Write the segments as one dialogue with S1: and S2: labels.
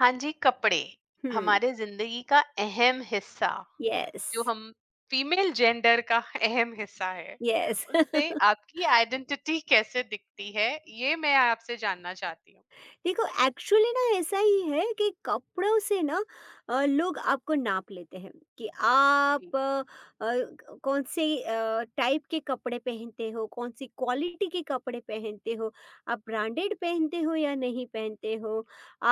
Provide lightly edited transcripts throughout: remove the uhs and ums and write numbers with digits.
S1: हाँ जी, कपड़े
S2: Hmm.
S1: हमारे जिंदगी का अहम हिस्सा, जो
S2: Yes.
S1: हम फीमेल जेंडर का अहम हिस्सा है,
S2: Yes.
S1: उससे आपकी आइडेंटिटी कैसे दिखती है, ये मैं आपसे जानना चाहती हूँ।
S2: देखो एक्चुअली ना ऐसा ही है कि कपड़ों से ना लोग आपको नाप लेते हैं कि
S1: जी।
S2: आप कौन से टाइप के कपड़े पहनते हो, कौन सी क्वालिटी के कपड़े पहनते हो, आप ब्रांडेड पहनते हो या नहीं पहनते हो,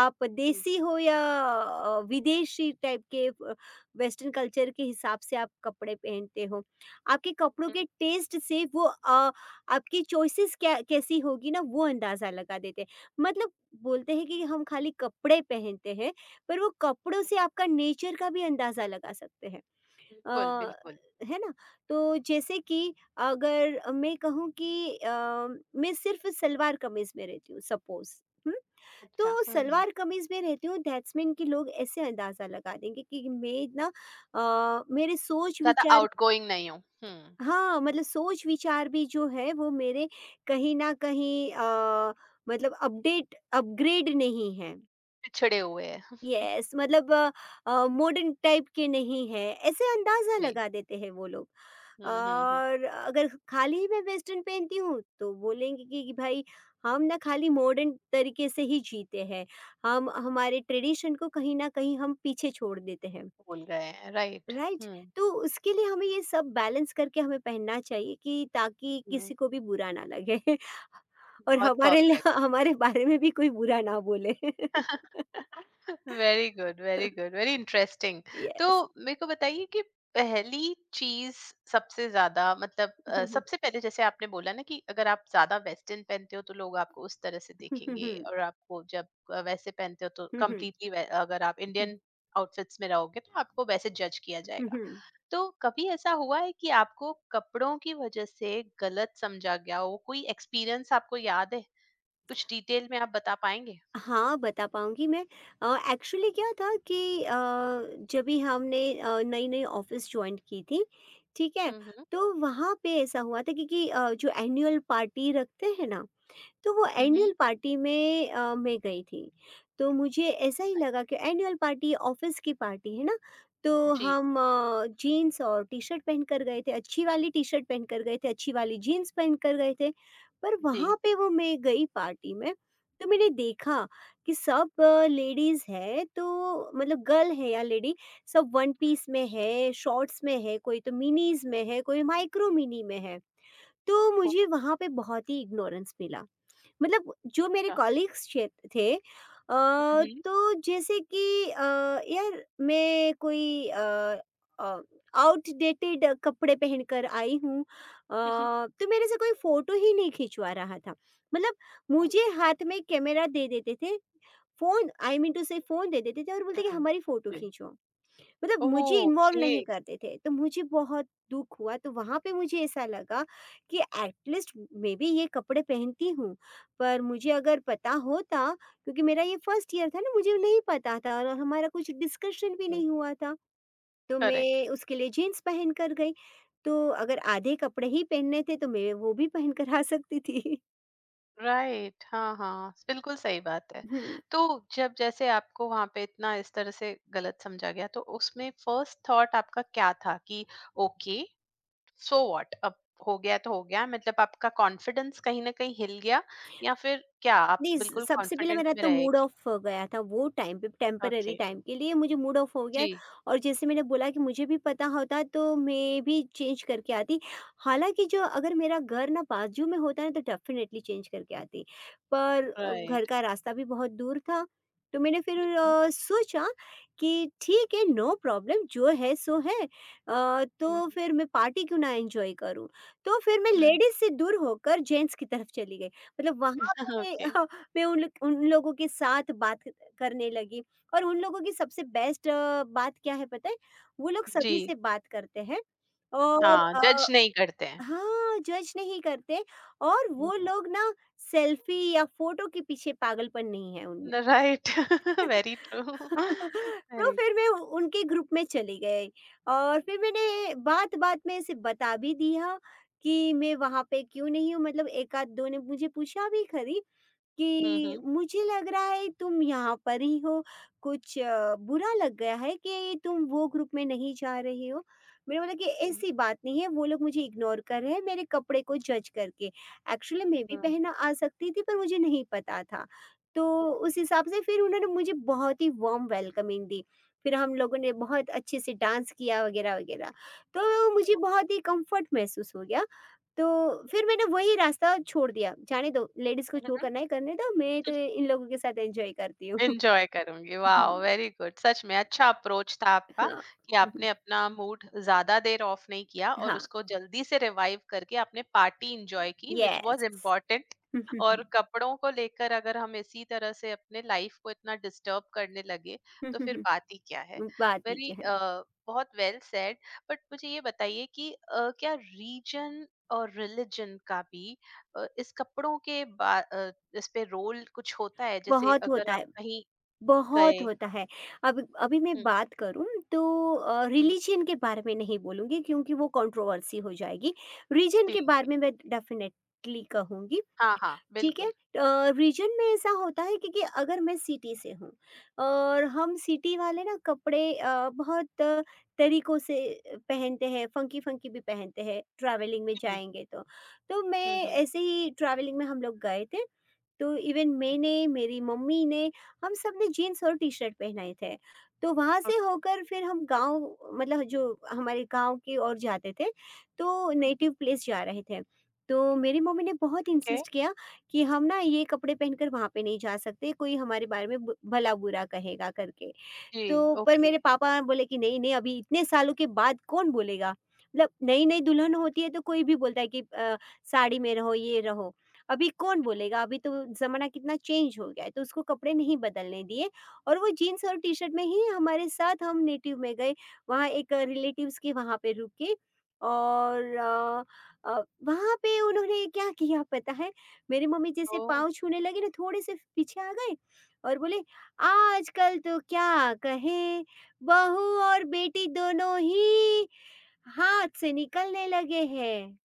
S2: आप
S1: जी।
S2: देसी हो या विदेशी टाइप के वेस्टर्न कल्चर के हिसाब से आप कपड़े पहनते हो। आपके कपड़ों के
S1: हम्म।
S2: टेस्ट से वो आपकी चॉइसेस क्या कैसी होगी ना वो अंदाज़ा लगा देते हैं। मतलब बोलते हैं कि हम खाली कपड़े पहनते हैं, पर वो कपड़ों से आपका नेचर का भी अंदाज़ा लगा सकते हैं।
S1: बिल्कुल
S2: अ,
S1: बिल्कुल।
S2: है ना? तो जैसे कि अगर मैं कहूँ कि मैं सिर्फ़ सलवार कमीज़ में रहती हूँ सपोज़। हुँ?
S1: अच्छा।
S2: तो
S1: हम्म। हम्म।
S2: सलवार कमीज़ में रहती हूँ, दैट्स मीन कि लोग ऐसे अंदाज़ा लगा देंगे कि मैं ना मेरे
S1: ज्यादा
S2: सोच-विचार।
S1: आउटगोइंग नहीं हूँ। हम्म।
S2: हाँ, मतलब सोच-विचार भी जो है वो मेरे कहीं न कहीं मतलब अपडेट अपग्रेड नहीं है।
S1: पिछड़े हुए हैं।
S2: यस, मतलब मॉडर्न टाइप के नहीं है, ऐसे अंदाज़ा
S1: जी।
S2: लगा देते हैं वो लोग।
S1: हम्म। हम्म। हम्म।
S2: और अगर खाली मैं वेस्टर्न पहनती हूँ तो बोलेंगे कि भाई हम ना खाली मॉडर्न तरीके से ही जीते हैं, हम हमारे ट्रेडिशन को कहीं ना कहीं हम पीछे छोड़ देते हैं।
S1: भूल गए हैं। राइट।
S2: राइट।
S1: हम्म।
S2: तो उसके लिए हमें ये सब बैलेंस करके हमें पहनना चाहिए कि ताकि
S1: हम्म।
S2: किसी को भी बुरा ना लगे, और
S1: बहुत
S2: हमारे
S1: परफेक्ट।
S2: लिए हमारे बारे में भी कोई बुरा ना बोले।
S1: Very good,
S2: hmm.
S1: Very good, very interesting. तो
S2: यस।
S1: मेरे को बताइए कि पहली चीज, सबसे ज्यादा मतलब, सबसे पहले जैसे आपने बोला ना कि अगर आप ज्यादा वेस्टर्न पहनते हो तो लोग आपको उस तरह से देखेंगे, और आपको जब वैसे पहनते हो तो कम्प्लीटली, अगर आप इंडियन आउटफिट्स में रहोगे तो आपको वैसे जज किया जाएगा। तो कभी ऐसा हुआ है कि आपको कपड़ों की वजह से गलत समझा गया हो? कोई एक्सपीरियंस आपको याद है? कुछ डिटेल में आप बता पाएंगे?
S2: हाँ, बता पाऊँगी मैं। एक्चुअली क्या था कि जब भी हमने नई-नई ऑफ़िस जॉइन की थी, ठीक है?
S1: हम्म। हम्म।
S2: तो वहाँ पे ऐसा हुआ था क्योंकि जो एनुअल पार्टी रखते हैं ना, तो वो एनुअल
S1: हम्म।
S2: पार्टी में मैं गई थी। तो मुझे ऐसा ही लगा कि एनुअल पार्टी ऑफ़िस की पार्टी है ना, तो
S1: जी।
S2: हम जीन्स और टी-शर्ट पहनकर गए थे, अच्छी वाली टी-शर्ट पहनकर गए थे, अच्छी वाली जीन्स पहनकर गए थे। पर वहाँ
S1: जी।
S2: पे वो मैं गई पार्टी में, तो मैंने देखा कि सब लेडीज़ है, तो मतलब गर्ल है या लेडी, सब वन पीस में है, शॉर्ट्स में है, कोई तो मिनीज़ में है, कोई माइक्रो मिनी में है। तो
S1: ओह!
S2: मुझे वहाँ पे बहुत ही इग्नोरेंस मिला। मतलब जो मेरे
S1: अच्छा।
S2: कॉलीग्स थे, अ,
S1: हुँ, हुँ।
S2: तो जैसे कि यार मैं कोई आउटडेटेड कपड़े पहनकर आई हूँ, तो मेरे से कोई फोटो ही नहीं खिंचवा रहा था। मतलब
S1: ओह!
S2: मुझे हाथ में कैमरा दे देते थे, फोन आई मीन टू से फोन दे देते थे और बोलते कि
S1: हुँ।
S2: हमारी फोटो
S1: जी।
S2: खींचो। मतलब मुझे इन्वॉल्व
S1: ओके।
S2: नहीं करते थे, तो मुझे बहुत दुख हुआ। तो वहाँ पे मुझे ऐसा लगा कि एटलीस्ट मैं भी ये कपड़े पहनती हूँ, पर मुझे अगर पता होता, क्योंकि मेरा ये फर्स्ट ईयर था ना, मुझे नहीं पता था और हमारा कुछ डिस्कशन भी
S1: हुँ।
S2: नहीं हुआ था, तो
S1: करेक्ट।
S2: मैं उसके लिए जीन्स पहन कर गई। तो अगर आधे कपड़े ही पहनने थे तो मैं वो भी पहन कर आ सकती थी।
S1: राइट। हाँ, हाँ, बिल्कुल सही बात है।
S2: हम्म।
S1: तो जब जैसे आपको वहाँ पे इतना इस तरह से गलत समझा गया, तो उसमें फर्स्ट थॉट आपका क्या था कि ओके, सो व्हाट? अब हो गया तो हो गया, मतलब आपका कॉन्फिडेंस कहीं न कहीं हिल गया, या फिर क्या आप
S2: नहीं, स
S1: बिल्कुल
S2: सबसे पहले
S1: कॉन्फिडेंट
S2: मेरा
S1: में
S2: तो
S1: रहे
S2: मूड
S1: कि
S2: ऑफ हो गया था, वो टाइम पे टेम्परेरी
S1: ओके?
S2: टाइम के लिए मुझे मूड ऑफ हो गया।
S1: जी।
S2: और जैसे मैंने बोला कि मुझे भी पता होता तो मैं भी चेंज करके आती। हालाँकि जो अगर मेरा घर ना बाजू में होता ना तो डेफ़िनेटली चेंज करके आती। पर घर
S1: राइट।
S2: का रास्ता भी बहुत दूर था, तो मैंने फिर
S1: हुँ, हुँ,
S2: सोचा कि ठीक है, नो प्रॉब्लम, जो है सो है।
S1: हुँ,
S2: तो
S1: हुँ।
S2: फिर मैं पार्टी क्यों ना एन्जॉय करूँ। तो फिर मैं
S1: राइट।
S2: लेडीज़ से दूर होकर जेंट्स की तरफ चली गई। मतलब वहाँ पे
S1: ओके।
S2: मैं उन लोगों के साथ बात करने लगी। और उन लोगों की सबसे बेस्ट बात क्या है पता है? वो लोग
S1: जी।
S2: सभी से बात करते हैं और
S1: हाँ, जज नहीं करते हैं।
S2: हाँ, जज नहीं करते। और वो
S1: जी।
S2: लोग ना सेल्फी या फ़ोटो के पीछे पागलपन नहीं है उनमें।
S1: राइट। Very true.
S2: तो
S1: वेरी।
S2: फिर मैं उ उनके ग्रुप में चली गई और फिर मैंने बात-बात में ऐसे बता भी दिया कि मैं वहाँ पे क्यों नहीं हूँ। मतलब 1 आध 2 ने मुझे पूछा भी खरी
S1: हुँ,
S2: कि
S1: हुँ।
S2: मुझे लग रहा है तुम यहाँ पर ही हो, कुछ बुरा लग गया है कि तुम वो ग्रुप में नहीं जा रहे हो। मैंने बोला कि
S1: हुँ, हुँ।
S2: ऐसी बात नहीं है, वो लोग मुझे इग्नोर कर रहे हैं मेरे कपड़े को जज करके। एक्चुअली मैं भी
S1: हुँ,
S2: पहनना आ सकती थी पर मुझे नहीं पता था। तो उस हिसाब से फिर उन्होंने मुझे बहुत ही वार्म वेलकमिंग दी। फिर हम लोगों ने बहुत अच्छे से डांस किया वगैरह-वगैरह। तो मुझे बहुत ही कम्फ़र्ट महसूस हो गया। तो फिर मैंने वही रास्ता छोड़ दिया, जाने दो लेडीज़ को जो
S1: हुँ।
S2: करना है करने दो, मैं तो इन लोगों के साथ एन्जॉय करती हूँ।
S1: एन्जॉय करूँगी।
S2: हुँ,
S1: वाओ! Very good. सच में अच्छा अप्रोच था आपका,
S2: हाँ।
S1: कि
S2: हुँ, हुँ,
S1: आपने अपना मूड ज़्यादा देर ऑफ नहीं किया
S2: हाँ,
S1: और उसको जल्दी से रिवाइव करके आपने पार्टी एन्जॉय की, व्हिच
S2: यस।
S1: Was important.
S2: हुँ, हुँ,
S1: और
S2: हुँ।
S1: कपड़ों को लेकर अगर हम इसी तरह से अपने लाइफ़ को इतना डिस्टर्ब करने लगे,
S2: हुँ,
S1: तो फिर
S2: हुँ,
S1: बात ही क्या है।
S2: हुँ। बात
S1: वेरी
S2: नीचे है।
S1: अ, बहुत वेल सेड। बट मुझे ये बताइए कि क्या रीजन और रिलिजन का भी, इस कपड़ों के बा अ, इस पे रोल कुछ होता है? जैसे
S2: बहुत होता
S1: अगर आप
S2: है,
S1: कहीं
S2: बहुत
S1: गए।
S2: होता
S1: हाँ।
S2: है। अब अभी मैं
S1: हुँ,
S2: बात करूँ तो
S1: हुँ।
S2: रिलिजन के बारे में नहीं बोलूँगी क्योंकि वो कंट्रोवर्सी हो जाएगी। रीजन
S1: जी,
S2: के बारे
S1: जी।
S2: में मैं डेफ़िनेटली कहूँगी,
S1: हाँ, हाँ,
S2: ठीक है?
S1: बिल्कुल।
S2: रीजन में ऐसा होता है क्योंकि अगर मैं सिटी से हूँ और हम सिटी वाले ना कपड़े बहुत तरीकों से पहनते हैं, फंकी-फंकी भी पहनते हैं, ट्रैवलिंग में
S1: जी।
S2: जाएँगे तो। तो
S1: हुँ,
S2: मैं
S1: हुँ।
S2: ऐसे ही ट्रैवलिंग में हम लोग गए थे, तो इवन मैंने, मेरी मम्मी ने, हम सब ने जीन्स और टी-शर्ट पहनाए थे। तो वहाँ से
S1: ओके।
S2: होकर फिर हम गाँव मतलब जो हमारे गाँव की ओर जाते थे, तो
S1: हुँ, हुँ।
S2: नेटिव प्लेस जा रहे थे। तो मेरी मम्मी ने बहुत
S1: ओके,
S2: इंसिस्ट किया कि हम ना ये कपड़े पहनकर वहाँ पे नहीं जा सकते, कोई हमारे बारे में ब भला-बुरा कहेगा करके।
S1: जी,
S2: तो पर
S1: ओके।
S2: मेरे पापा बोले कि नहीं, नहीं, अभी इतने सालों के बाद कौन बोलेगा? मतलब नई-नई दुल्हन होती है तो कोई भी बोलता है कि साड़ी में रहो, ये रहो। अभी कौन बोलेगा? अभी तो ज़माना कितना चेंज हो गया है, तो उसको कपड़े नहीं बदलने दिए और वो जीन्स और टी-शर्ट में ही हमारे साथ हम नेटिव में गए। वहाँ एक रिलेटिव्स के वहाँ पे रुके और वहाँ पे उन्होंने क्या किया पता है? मेरी मम्मी जैसे
S1: तो
S2: पाँव छूने लगी ना, थोड़े से पीछे आ गए और बोले, आजकल तो क्या कहें, बहू और बेटी दोनों ही हाथ से निकलने लगे हैं।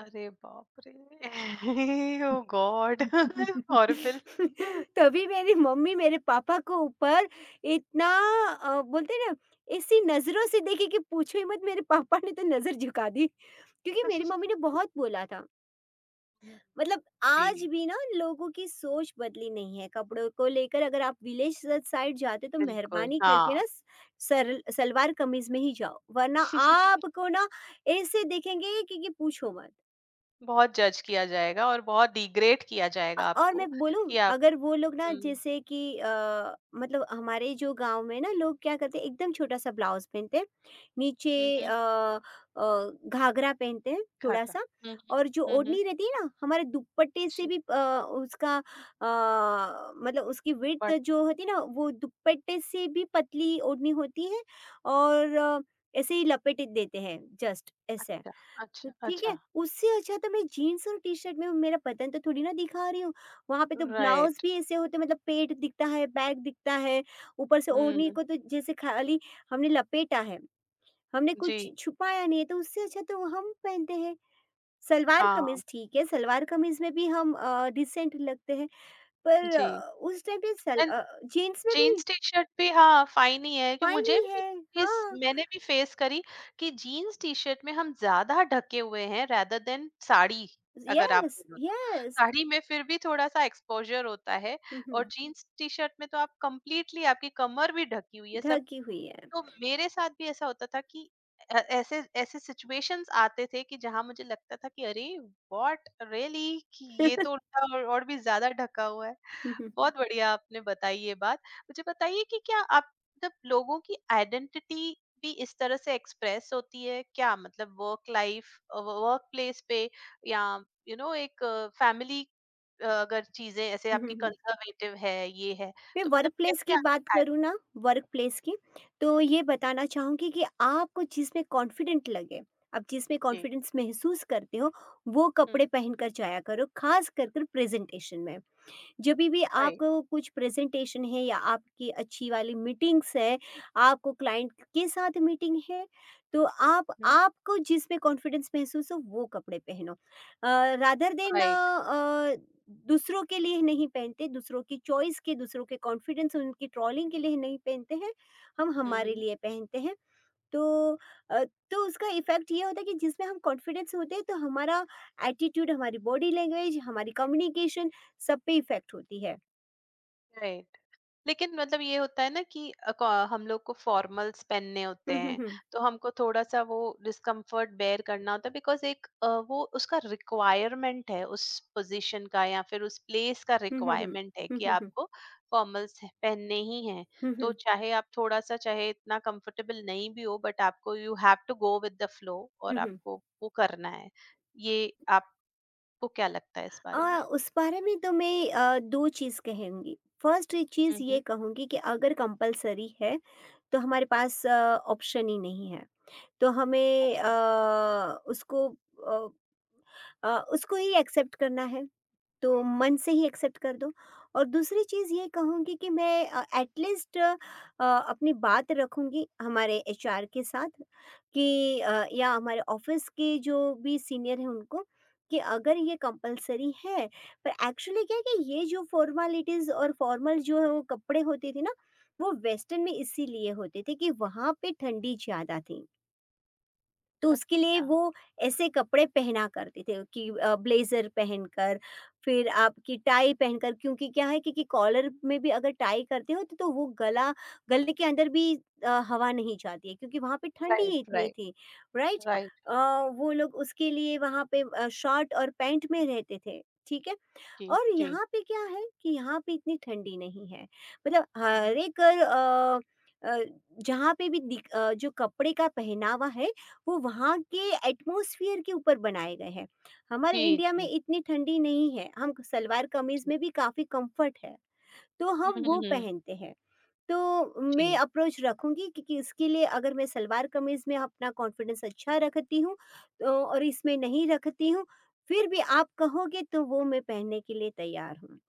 S1: अरे बाप रे! Oh god! हॉरिबल।
S2: तभी मेरी मम्मी मेरे पापा को ऊपर इतना बोलते हैं ना, ऐसी नज़रों से देखी कि पूछो ही मत, मेरे पापा ने तो नज़र झुका दी। क्योंकि मेरी मम्मी ने बहुत बोला था। मतलब आज
S1: जी,
S2: भी ना लोगों की सोच बदली नहीं है कपड़ों को लेकर। अगर आप विलेज साइड जाते तो
S1: बिल्कुल,
S2: मेहरबानी
S1: हाँ।
S2: करके ना सरल सलवार कमीज में ही जाओ, वरना आपको ना ऐसे देखेंगे कि पूछो मत।
S1: बहुत जज किया जाएगा और बहुत डिग्रेड किया जाएगा
S2: और
S1: आपको,
S2: मैं बोलूँ,
S1: कि आप।
S2: अगर वो लोग ना
S1: हुँ,
S2: जैसे कि मतलब हमारे जो गाँव में ना लोग क्या करते हैं, एकदम छोटा-सा ब्लाउज़ पहनते हैं, नीचे
S1: हुँ, हुँ।
S2: अ अ, घाघरा पहनते हैं
S1: घाघरा।
S2: थोड़ा-सा,
S1: हुँ, हुँ।
S2: और जो
S1: हुँ, हुँ।
S2: ओढ़नी रहती है ना, हमारे दुपट्टे से
S1: जी।
S2: भी उसका अ, मतलब उसकी विड्थ जो होती है ना, वो दुपट्टे से भी पतली ओढ़नी होती है, और ऐसे ही लपेट देते हैं जस्ट ऐसे।
S1: अच्छा,
S2: तो
S1: अच्छा,
S2: ठीक है,
S1: अच्छा।
S2: उससे अच्छा तो मैं जीन्स और टी-शर्ट में हूँ, मेरा बदन तो थोड़ी ना दिखा रही हूँ। वहाँ पे तो ब्लाउज़
S1: राइट।
S2: भी ऐसे होते हैं, मतलब पेट दिखता है, बैक दिखता है, ऊपर से ओढ़नी
S1: हुँ।
S2: को तो जैसे खाली हमने लपेटा है, हमने कुछ
S1: जी।
S2: छुपाया नहीं है, तो उससे अच्छा तो हम पहनते हैं। सलवार
S1: हाँ।
S2: कमीज़ ठीक है, सलवार कमीज़ में भी हम डिसेंट लगते हैं, पर
S1: जी।
S2: उस टाइम पे
S1: एंड
S2: जीन्स में भी
S1: जीन्स टी-शर्ट भी हाँ, फ़ाइन ही है कि
S2: फाइन
S1: मुझे
S2: ही
S1: भी
S2: है।
S1: चीज़
S2: हाँ,
S1: मैंने भी फ़ेस करी, कि जीन्स टी-शर्ट में हम ज़्यादा ढके हुए हैं रेदर देन साड़ी, अगर आप
S2: येस,
S1: बोलो तो।
S2: येस।
S1: साड़ी में फिर भी थोड़ा-सा एक्सपोज़र होता है,
S2: हुँ, हुँ,
S1: और जीन्स टी-शर्ट में तो आप कंप्लीटली, आपकी कमर भी ढकी हुई है, सब।
S2: ढकी हुई है।
S1: तो मेरे साथ भी ऐसा होता था कि ऐसे ऐसे सिचुएशंस आते थे कि जहां मुझे लगता था कि अरे व्हाट रियली, कि ये तो उल्टा और भी ज्यादा ढका हुआ है।
S2: हुँ, हुँ।
S1: बहुत बढ़िया आपने बताई ये बात। मुझे बताइए कि क्या आप, जब लोगों की आइडेंटिटी भी इस तरह से एक्सप्रेस होती है, क्या मतलब वर्क लाइफ, वर्क प्लेस पे, या यू you नो know, एक फैमिली, अगर चीजें ऐसे
S2: हुँ,
S1: आपकी
S2: हुँ, हुँ।
S1: कंजर्वेटिव है, ये है,
S2: मैं
S1: तो मतलब
S2: वर्कप्लेस
S1: कैसे
S2: की बात
S1: आपकी
S2: करूँ ना, वर्कप्लेस की, तो ये बताना चाहूँगी कि आपको जिसमें कॉन्फिडेंट लगे, आप जिसमें
S1: आइडेंटिटी।
S2: कॉन्फिडेंस महसूस करते हो, वो कपड़े पहनकर जाया करो, ख़ास कर कर प्रेज़ेंटेशन में। जभी भी
S1: राइट।
S2: आपको कुछ प्रेजेंटेशन है या आपकी अच्छी वाली मीटिंग्स है, आपको क्लाइंट के साथ मीटिंग है, तो आप आपको जिसमें कॉन्फिडेंस महसूस हो वो कपड़े पहनो। Rather than
S1: right.
S2: दूसरों के लिए नहीं पहनते, दूसरों की चॉइस के, दूसरों के कॉन्फिडेंस, उनकी ट्रोलिंग के लिए नहीं पहनते हैं, हम
S1: हम्म।
S2: हमारे
S1: हम्म।
S2: लिए पहनते हैं। तो अ, तो उसका इफ़ेक्ट ये होता है कि जिसमें हम कॉन्फिडेंस होते हैं तो हमारा एटीट्यूड, हमारी बॉडी लैंग्वेज, हमारी कम्युनिकेशन सब पे इफ़ेक्ट होती है।
S1: राइट। लेकिन मतलब ये होता है ना कि हम लोग को फॉर्मल्स पहनने होते
S2: हुँ, हुँ,
S1: हैं,
S2: हुँ।
S1: तो हमको थोड़ा सा वो डिस्कम्फर्ट बेयर करना होता है, बिकॉज एक वो उसका रिक्वायरमेंट है, उस पोजीशन का या फिर उस प्लेस का
S2: हुँ, हुँ, हुँ।
S1: रिक्वायरमेंट है
S2: हुँ,
S1: कि
S2: हुँ, हुँ।
S1: आपको फॉर्मल्स पहनने ही हैं।
S2: हुँ,
S1: तो
S2: हुँ।
S1: चाहे आप थोड़ा सा, चाहे इतना कंफर्टेबल नहीं भी हो, बट आपको you have to go with the flow
S2: हुँ,
S1: और
S2: हुँ।
S1: आपको वो करना है। ये आपको क्या लगता है इस बारे में?
S2: उस बारे में तो मैं 2 चीज़ कहूँगी। फर्स्ट चीज़
S1: हम्म,
S2: ये
S1: हम्म।
S2: कहूँगी कि अगर कंपल्सरी है, तो हमारे पास ऑप्शन ही नहीं है। तो हमें
S1: ओके।
S2: उसको अ अ, उसको ही एक्सेप्ट करना है। तो मन से ही एक्सेप्ट कर दो। और दूसरी चीज़ ये कहूँगी कि मैं एटलीस्ट अपनी बात रखूँगी हमारे एचआर के साथ कि या हमारे ऑफिस के जो भी सीनियर हैं उनको कि अगर ये कंपलसरी है। पर एक्चुअली क्या है कि ये जो फॉर्मेलिटीज़ और फॉर्मल जो है वो कपड़े होते थे ना, वो वेस्टर्न में इसीलिए होते थे कि वहाँ पे ठंडी ज़्यादा थी, तो उसके लिए
S1: अच्छा।
S2: वो ऐसे कपड़े पहना करते थे कि ब्लेज़र पहनकर, फिर आपकी टाई पहनकर, क्योंकि क्या है क्योंकि कॉलर में भी अगर टाई करते हो तो वो गला गले के अंदर भी हवा नहीं जाती है, क्योंकि वहाँ पे ठंडी
S1: राइट,
S2: इतनी
S1: राइट,
S2: थी, राइट?
S1: राइट।
S2: अ, वो लोग उसके लिए वहाँ पे शॉर्ट और पैंट में रहते थे, ठीक है?
S1: जी,
S2: और
S1: जी।
S2: यहाँ पे क्या है कि यहाँ पे इतनी ठंडी नहीं है, मतलब
S1: हुँ,
S2: हर
S1: हुँ।
S2: एक अ, जहाँ पे भी जो कपड़े का पहनावा है वो वहाँ के एटमॉस्फेयर के ऊपर बनाए गए हैं। हमारे
S1: जी,
S2: इंडिया में
S1: जी,
S2: इतनी ठंडी नहीं है, हम सलवार कमीज
S1: जी।
S2: में भी काफ़ी कंफर्ट है, तो
S1: हुँ, हुँ,
S2: हम वो
S1: हुँ।
S2: पहनते हैं। तो
S1: जी।
S2: मैं अप्रोच रखूँगी, क्योंकि इसके लिए अगर मैं सलवार कमीज़ में अपना कॉन्फिडेंस अच्छा रखती हूँ तो और इसमें नहीं रखती हूँ, फिर भी आप कहोगे तो वो मैं पहनने के लिए तैयार हूँ।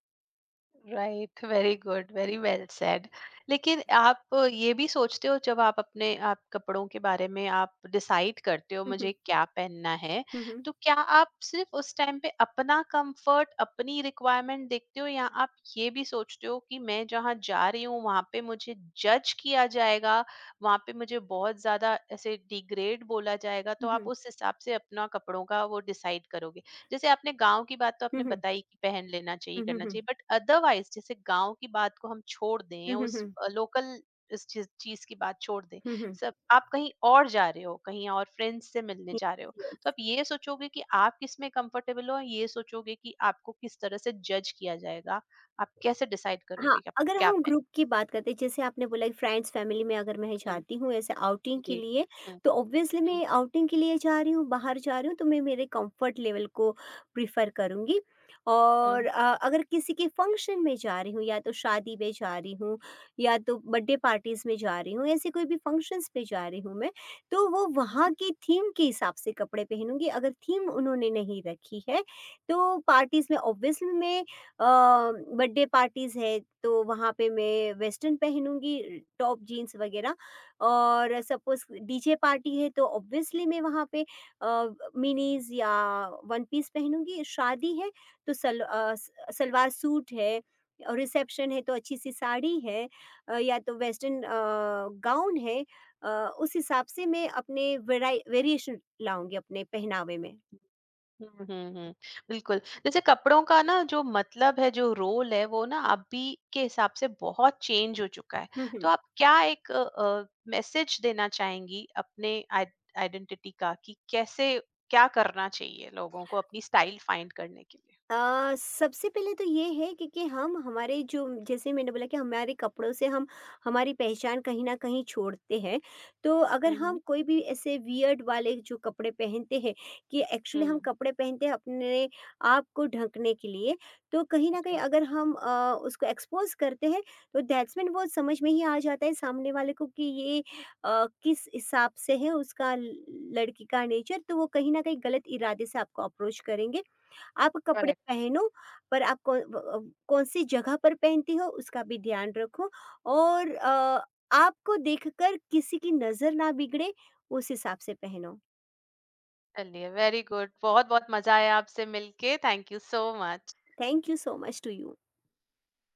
S1: Right. Very good, very well said. लेकिन आप ये भी सोचते हो, जब आप अपने आप कपड़ों के बारे में आप डिसाइड करते हो
S2: हुँ,
S1: मुझे
S2: हुँ।
S1: क्या पहनना है,
S2: हुँ, हुँ।
S1: तो क्या आप सिर्फ उस टाइम पे अपना कंफर्ट, अपनी रिक्वायरमेंट देखते हो, या आप ये भी सोचते हो कि मैं जहाँ जा रही हूँ वहाँ पे मुझे जज किया जाएगा, वहाँ पे मुझे बहुत ज्यादा ऐसे डिग्रेड बोला जाएगा, तो
S2: हुँ,
S1: आप
S2: हुँ।
S1: उस हिसाब से अपना कपड़ों का वो डिसाइड करोगे? जैसे आपने गाँव की बात तो
S2: हुँ,
S1: आपने
S2: हुँ।
S1: बताई कि पहन लेना चाहिए,
S2: हुँ, हुँ,
S1: करना
S2: हुँ।
S1: चाहिए, बट अदरवाइज़ जैसे गाँव की बात को हम छोड़ दें,
S2: हुँ, हुँ,
S1: उस
S2: हुँ।
S1: लोकल इस चीज़ चीज़ की बात छोड़ दें,
S2: हुँ, हुँ।
S1: सब आप कहीं और जा रहे हो, कहीं और फ्रेंड्स से मिलने जा रहे हो,
S2: ये
S1: तो आप ये सोचोगे कि आप किसमें कंफर्टेबल हो, ये सोचोगे कि आपको किस तरह से जज किया जाएगा, आप कैसे डिसाइड
S2: हाँ,
S1: करोगे कि आपको
S2: अगर
S1: क्या
S2: हम
S1: पहनना
S2: ग्रुप
S1: है?
S2: की बात करते हैं, जैसे आपने बोला कि फ्रेंड्स फैमिली में अगर मैं
S1: हुँ,
S2: जाती हूँ ऐसे आउटिंग के
S1: जी।
S2: लिए,
S1: हुँ,
S2: तो ऑब्वियसली
S1: हुँ,
S2: मैं आउटिंग के लिए जा रही हूँ, बाहर जा रही हूँ, तो मैं मेरे कंफर्ट लेवल को प्रिफर करूँगी। और अगर किसी के फंक्शन में जा रही हूँ या तो शादी में जा रही हूँ या तो बर्थडे पार्टीज में जा रही हूँ, ऐसे कोई भी फंक्शंस पे जा रही हूँ मैं, तो वो वहाँ
S1: हुँ।
S2: की थीम के हिसाब से कपड़े पहनूंगी। अगर थीम उन्होंने नहीं रखी है, तो पार्टीज में ऑब्वियसली मैं बर्थडे पार्टीज़ है तो वहाँ पे मैं वेस्टर्न पहनूँगी, टॉप जीन्स वगैरह, और सपोज़ डीजे पार्टी है तो ऑब्वियसली मैं वहाँ पे मिनीज़ या वन पीस पहनूँगी। शादी है तो सल अ, स सलवार सूट है, और रिसेप्शन है तो अच्छी-सी साड़ी है, या तो वेस्टर्न गाउन है, अ, उस हिसाब से मैं अपने वेराइ वेरिएशन लाऊँगी अपने पहनावे में।
S1: हुँ, हुँ, हुँ। बिल्कुल। जैसे कपड़ों का ना जो मतलब है, जो रोल है, वो ना अभी के हिसाब से बहुत चेंज हो चुका है।
S2: हुँ,
S1: तो
S2: हुँ।
S1: आप क्या एक मैसेज देना चाहेंगी अपने आइ आइडेंटिटी का, कि कैसे, क्या करना चाहिए लोगों को अपनी स्टाइल फाइंड करने के लिए?
S2: सबसे पहले तो ये है कि हम हमारे जो, जैसे मैंने बोला कि हमारे कपड़ों से हम हमारी पहचान कहीं ना कहीं छोड़ते हैं, तो अगर
S1: हुँ,
S2: हम
S1: हुँ।
S2: कोई भी ऐसे वियर्ड वाले जो कपड़े पहनते हैं, कि एक्चुअली हम
S1: हुँ,
S2: कपड़े पहनते हैं अपने आप को ढंकने के लिए, तो कहीं ना कहीं
S1: जी,
S2: अगर हम उसको एक्सपोज करते हैं, तो दैट्स मीन वो समझ में ही आ जाता है सामने वाले को कि ये किस हिसाब से है उसका लड़की का नेचर, तो वो कहीं ना कहीं गलत इरादे से आपको अप्रोच करेंगे। आप कपड़े
S1: करेक्ट।
S2: पहनो, पर आप कौन-सी जगह पर पहनती हो उसका भी ध्यान रखो, और आपको देखकर किसी की नज़र ना बिगड़े, उस हिसाब से पहनो।
S1: चलिए वेरी गुड। बहुत-बहुत मज़ा आया आपसे मिलके। Thank you so much.
S2: Thank you so much to you.